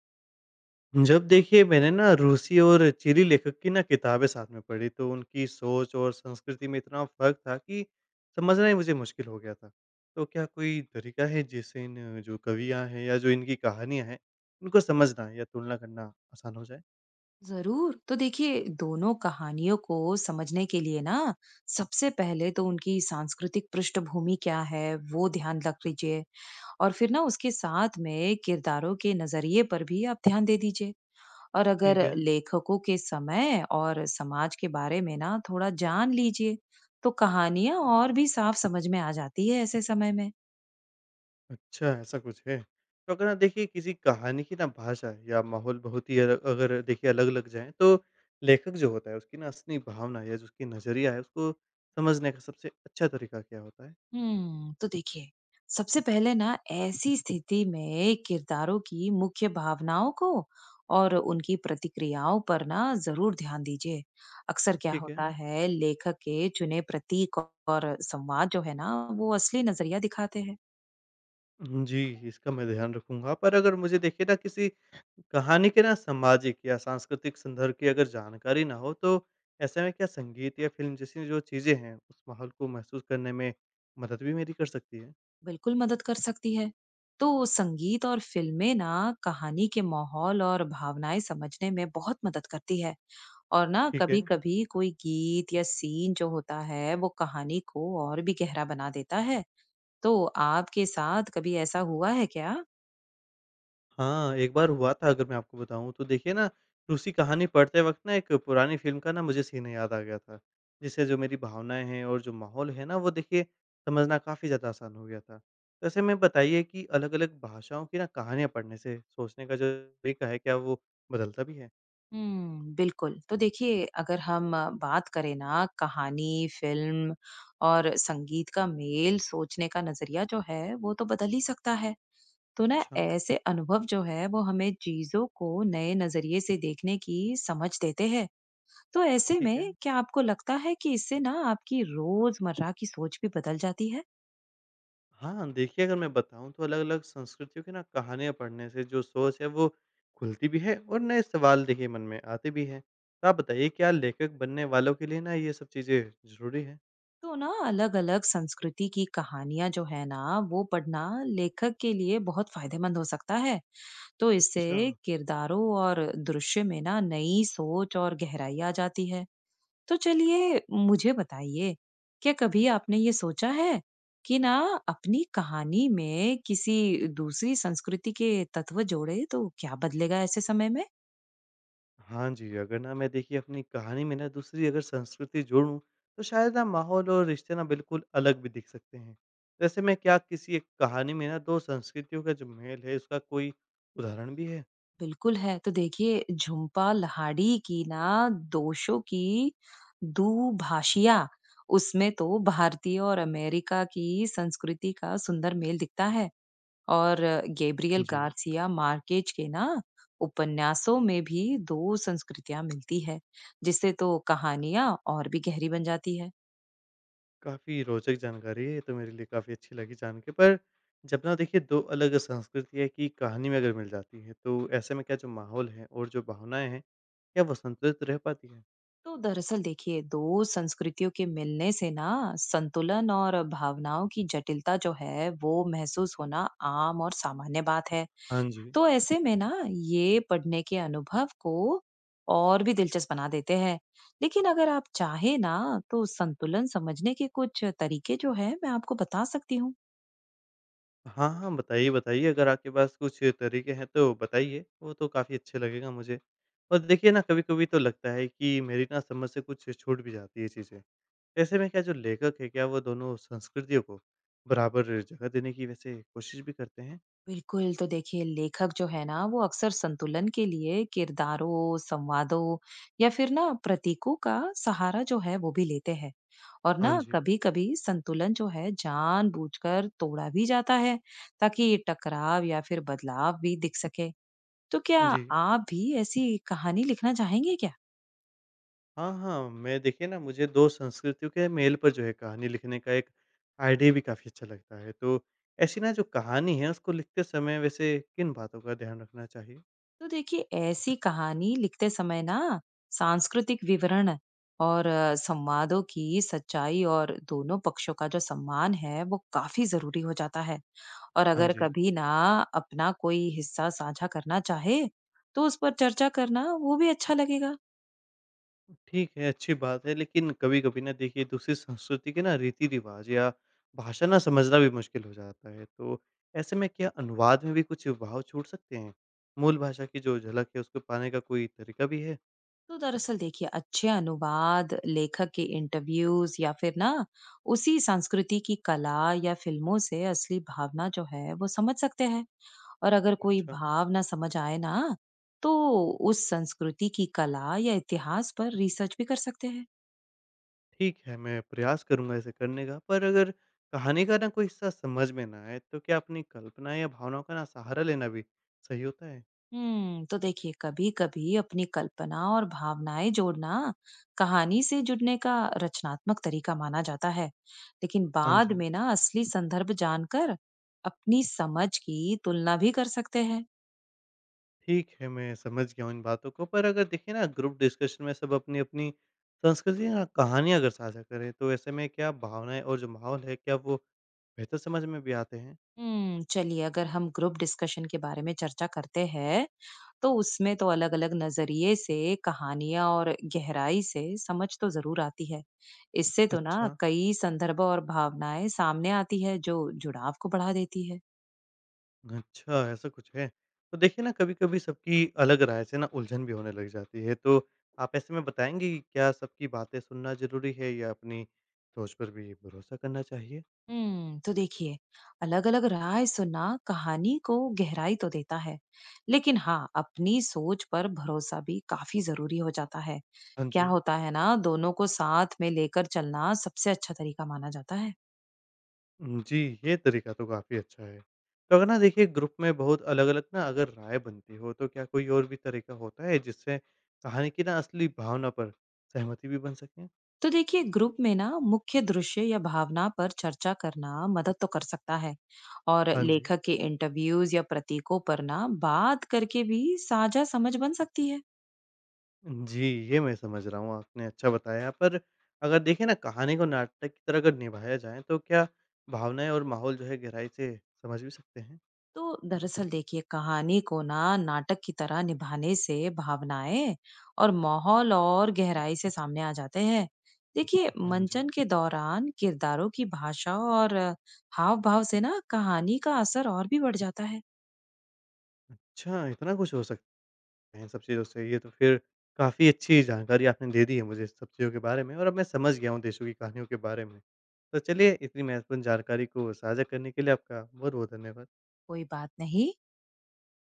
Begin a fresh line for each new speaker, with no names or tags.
जब देखिए मैंने ना रूसी और चीनी लेखक की ना किताबें साथ में पढ़ी तो उनकी सोच और संस्कृति में इतना फर्क था कि समझना ही मुझे मुश्किल हो गया था। तो क्या कोई तरीका है जिससे इन जो कवियाँ हैं या जो इनकी कहानियाँ हैं इनको समझना या तुलना करना आसान हो जाए?
जरूर तो देखिए दोनों कहानियों को समझने के लिए ना सबसे पहले तो उनकी सांस्कृतिक पृष्ठभूमि क्या है वो ध्यान रख लीजिए और फिर ना उसके साथ में किरदारों के नजरिए पर भी आप ध्यान दे दीजिए और
ठीक
अगर
है।
लेखकों के समय और समाज के बारे में ना थोड़ा जान लीजिए तो कहानियां और भी साफ समझ में आ जाती है ऐसे समय में।
अच्छा ऐसा कुछ है। तो अगर ना देखिए किसी कहानी की ना भाषा या माहौल बहुत ही अलग अगर देखिए अलग लग जाए तो लेखक जो होता है उसकी ना असली भावना या जो उसकी नजरिया है उसको समझने का सबसे अच्छा तरीका क्या होता है?
तो देखिए सबसे पहले ना ऐसी स्थिति में किरदारों की मुख्य भावनाओं को और उनकी प्रतिक्रियाओं पर ना जरूर ध्यान दीजिए। अक्सर क्या
ठीक है।
होता है लेखक के चुने प्रतीक और संवाद जो है ना वो असली नजरिया दिखाते हैं।
हुँ, जी, इसका मैं ध्यान रखूँगा, पर अगर मुझे देखिए ना किसी कहानी के ना सामाजिक या सांस्कृतिक संदर्भ की अगर जानकारी ना हो, तो ऐसे में क्या संगीत या फ़िल्म जैसी जो चीज़ें हैं, उस माहौल को महसूस करने में मदद भी मेरी कर सकती है?
बिल्कुल मदद कर सकती है। तो संगीत और फिल्में ना कहानी के माहौल और भावनाएं समझने में बहुत मदद करती है और ना
ठीक है।
कभी-कभी कोई गीत या सीन जो होता है, वो कहानी को और भी गहरा बना देता है। तो आपके साथ कभी ऐसा हुआ है क्या?
हाँ, एक बार हुआ था अगर मैं आपको बताऊँ तो देखिए ना, रूसी कहानी पढ़ते वक़्त ना एक पुरानी फ़िल्म का ना मुझे सीन याद आ गया था। जिससे जो मेरी भावनाएँ हैं और जो माहौल है ना, वो देखिए समझना काफ़ी ज़्यादा आसान हो गया था। तो ऐसे में बताइए कि अलग-अलग भाषाओं की ना कहानियाँ पढ़ने से सोचने का जो तरीका है, क्या वो बदलता भी है?
हुँ, बिल्कुल। तो देखिए, अगर हम बात करें ना कहानी, फ़िल्म और संगीत का मेल सोचने का नज़रिया जो है, वो तो बदल ही सकता है। तो ना
अच्छा,
ऐसे अनुभव जो है, वो हमें चीज़ों को नए नज़रिए से देखने की समझ देते हैं। तो ऐसे
ठीक है।
में क्या आपको लगता है कि इससे ना आपकी रोजमर्रा की सोच भी बदल जाती है?
हाँ, देखिए अगर मैं बताऊँ तो अलग-अलग संस्कृतियों की ना कहानियाँ पढ़ने से जो सोच है वो खुलती भी है और नए सवाल देखिए मन में आते भी हैं। तो आप बताइए क्या लेखक बनने वालों के लिए ना ये सब चीज़ें ज़रूरी है?
तो ना अलग-अलग संस्कृति की कहानियां जो है ना वो पढ़ना लेखक के लिए बहुत फायदेमंद हो सकता है। तो इससे
अच्छा।
किरदारों और दृश्य में ना नई सोच और गहराई आ जाती है। तो चलिए मुझे बताइए, क्या कभी आपने ये सोचा है कि ना अपनी कहानी में किसी दूसरी संस्कृति के तत्व जोड़े तो क्या बदलेगा ऐसे समय में?
हाँ जी, अगर ना मैं देखिए अपनी कहानी में ना दूसरी अगर संस्कृति जोड़ूँ तो शायद ना माहौल और रिश्ते ना बिल्कुल अलग भी दिख सकते हैं। वैसे मैं क्या किसी एक कहानी में ना 2 संस्कृतियों का जो मेल है उसका कोई उदाहरण भी है?
बिल्कुल है। तो देखिए झुम्पा लाहिड़ी की ना दोषों की दुभाषिया उसमें तो भारतीय और अमेरिका की संस्कृति का सुंदर मेल दिखता है। और गैब्रियल
जी।
गार्सिया मार्केज के ना उपन्यासों में भी 2 संस्कृतियाँ मिलती है, जिससे तो कहानियाँ और भी गहरी बन जाती है।
काफ़ी रोचक जानकारी है, ये तो मेरे लिए काफ़ी अच्छी लगी जान के। पर जब ना देखिए 2 अलग संस्कृतियाँ की कहानी में अगर मिल जाती है, तो ऐसे में क्या जो माहौल है और जो भावनाएँ हैं, क्या वो संतुलित रह पाती हैं?
तो दरअसल देखिए दो संस्कृतियों के मिलने से ना संतुलन और भावनाओं की जटिलता जो है वो महसूस होना आम और सामान्य बात है।
हाँ जी।
तो ऐसे में ना ये पढ़ने के अनुभव को और भी दिलचस्प बना देते हैं। लेकिन अगर आप चाहे ना तो संतुलन समझने के कुछ तरीके जो है मैं आपको बता सकती हूँ।
हाँ, हाँ, बताइए, बताइए अगर आपके पास कुछ तरीके हैं तो बताइए, वो तो काफ़ी अच्छे लगेगा मुझे। और देखिए ना कभी-कभी तो लगता है कि मेरी ना समझ से कुछ छूट भी जाती है चीज़ें। ऐसे में क्या जो लेखक है, क्या वो दोनों संस्कृतियों को बराबर जगह देने की वैसे कोशिश भी करते हैं?
बिल्कुल, तो देखिए लेखक जो है ना वो अक्सर संतुलन के लिए किरदारों, संवादों या फिर ना प्रतीकों का सहारा जो है वो भी लेते हैं। और
हाँ
ना
जी।
कभी-कभी संतुलन जो है जानबूझकर तोड़ा भी जाता है ताकि टकराव या फिर बदलाव भी दिख सके। तो क्या
जी।
आप भी ऐसी कहानी लिखना चाहेंगे क्या?
हाँ, हाँ। मैं देखिए ना मुझे 2 संस्कृतियों के मेल पर जो है कहानी लिखने का एक आइडिया भी काफ़ी अच्छा लगता है। तो ऐसी ना जो कहानी है उसको लिखते समय वैसे किन बातों का ध्यान रखना चाहिए?
तो देखिए ऐसी कहानी लिखते समय ना सांस्कृतिक विवरण और संवादों की सच्चाई और दोनों पक्षों का जो सम्मान है वो काफी जरूरी हो जाता है। और
हाँ
अगर
जी।
कभी ना अपना कोई हिस्सा साझा करना चाहे तो उस पर चर्चा करना वो भी अच्छा लगेगा।
ठीक है, अच्छी बात है लेकिन कभी-कभी ना देखिए दूसरी संस्कृति के ना रीति-रिवाज़ या भाषा ना समझना भी मुश्किल हो जाता है। तो ऐसे में क्या अनुवाद में भी कुछ भाव छूट सकते हैं? मूल भाषा की जो झलक है उसको पाने का कोई तरीका भी है?
तो दरअसल देखिए अच्छे अनुवाद लेखक के इंटरव्यूज या फिर ना उसी संस्कृति की कला या फिल्मों से असली भावना जो है वो समझ सकते हैं। और अगर कोई
अच्छा।
भाव ना समझ आए ना, तो उस संस्कृति की कला या इतिहास पर रिसर्च भी कर सकते हैं।
ठीक है, मैं प्रयास करूँगा इसे करने का, पर अगर कहानी का ना कोई हिस्सा समझ में ना आए, तो क्या अपनी कल्पना या भावनाओं का ना सहारा लेना भी सही होता है?
तो देखिए कभी कभी अपनी कल्पना और भावनाएं जोड़ना कहानी से जुड़ने का रचनात्मक तरीका माना जाता है। लेकिन
हाँ
बाद
जी।
में ना असली संदर्भ जानकर अपनी समझ की तुलना भी कर सकते हैं।
ठीक है, मैं समझ गया हूँ इन बातों को, पर अगर देखिए ना ग्रुप डिस्कशन में सब अपनी-अपनी संस्कृति या कहानियाँ अगर साझा करें, तो ऐसे में क्या भावनाएँ और जो माहौल है, क्या वो बेहतर समझ में भी आते हैं?
चलिए अगर हम ग्रुप डिस्कशन के बारे में चर्चा करते हैं तो उसमें तो अलग-अलग नज़रिए से, कहानियाँ और गहराई से समझ तो ज़रूर आती है। इससे तो ना
अच्छा।
कई संदर्भ और भावनाएँ सामने आती है जो जुड़ाव को बढ़ा देती है।
अच्छा, ऐसा कुछ है? तो देखिए ना, कभी-कभी सबकी अलग राय से ना उलझन भी होने लग जाती है। तो आप ऐसे में बताएँगे कि क्या सबकी बातें सुनना ज़रूरी है या अपनी सोच पर भी भरोसा करना चाहिए?
तो देखिए अलग-अलग राय सुनना कहानी को गहराई तो देता है लेकिन हाँ अपनी सोच पर भरोसा भी काफी जरूरी हो जाता है।
हाँ
क्या
जी।
होता है ना दोनों को साथ में लेकर चलना सबसे अच्छा तरीका माना जाता है।
जी, ये तरीका तो काफ़ी अच्छा है। तो अगर ना देखिए ग्रुप में बहुत अलग-अलग ना अगर राय बनती हो, तो क्या कोई और भी तरीका होता है जिससे कहानी की ना असली भावना पर सहमति भी बन सके?
तो देखिए ग्रुप में ना मुख्य दृश्य या भावना पर चर्चा करना मदद तो कर सकता है। और
हाँ जी।
लेखक के इंटरव्यूज या प्रतीकों पर ना बात करके भी साझा समझ बन सकती है।
जी, ये मैं समझ रहा हूँ, आपने अच्छा बताया। पर अगर देखें ना कहानी को नाटक की तरह अगर निभाया जाए तो क्या भावनाएँ और माहौल जो है गहराई से समझ भी सकते हैं?
तो दरअसल देखिए कहानी को ना नाटक की तरह निभाने से भावनाएं और माहौल और गहराई से सामने आ जाते हैं। देखिए
हाँ जी।
मंचन के दौरान किरदारों की भाषा और हाव भाव से ना कहानी का असर और भी बढ़ जाता है।
अच्छा, इतना कुछ हो सकता है इन सब चीज़ों से। ये तो फिर काफ़ी अच्छी जानकारी आपने दे दी है मुझे इस सब चीज़ों के बारे में और अब मैं समझ गया हूँ देशों की कहानियों के बारे में। तो चलिए इतनी महत्वपूर्ण जानकारी को साझा करने के लिए आपका बहुत-बहुत धन्यवाद।
कोई बात नहीं।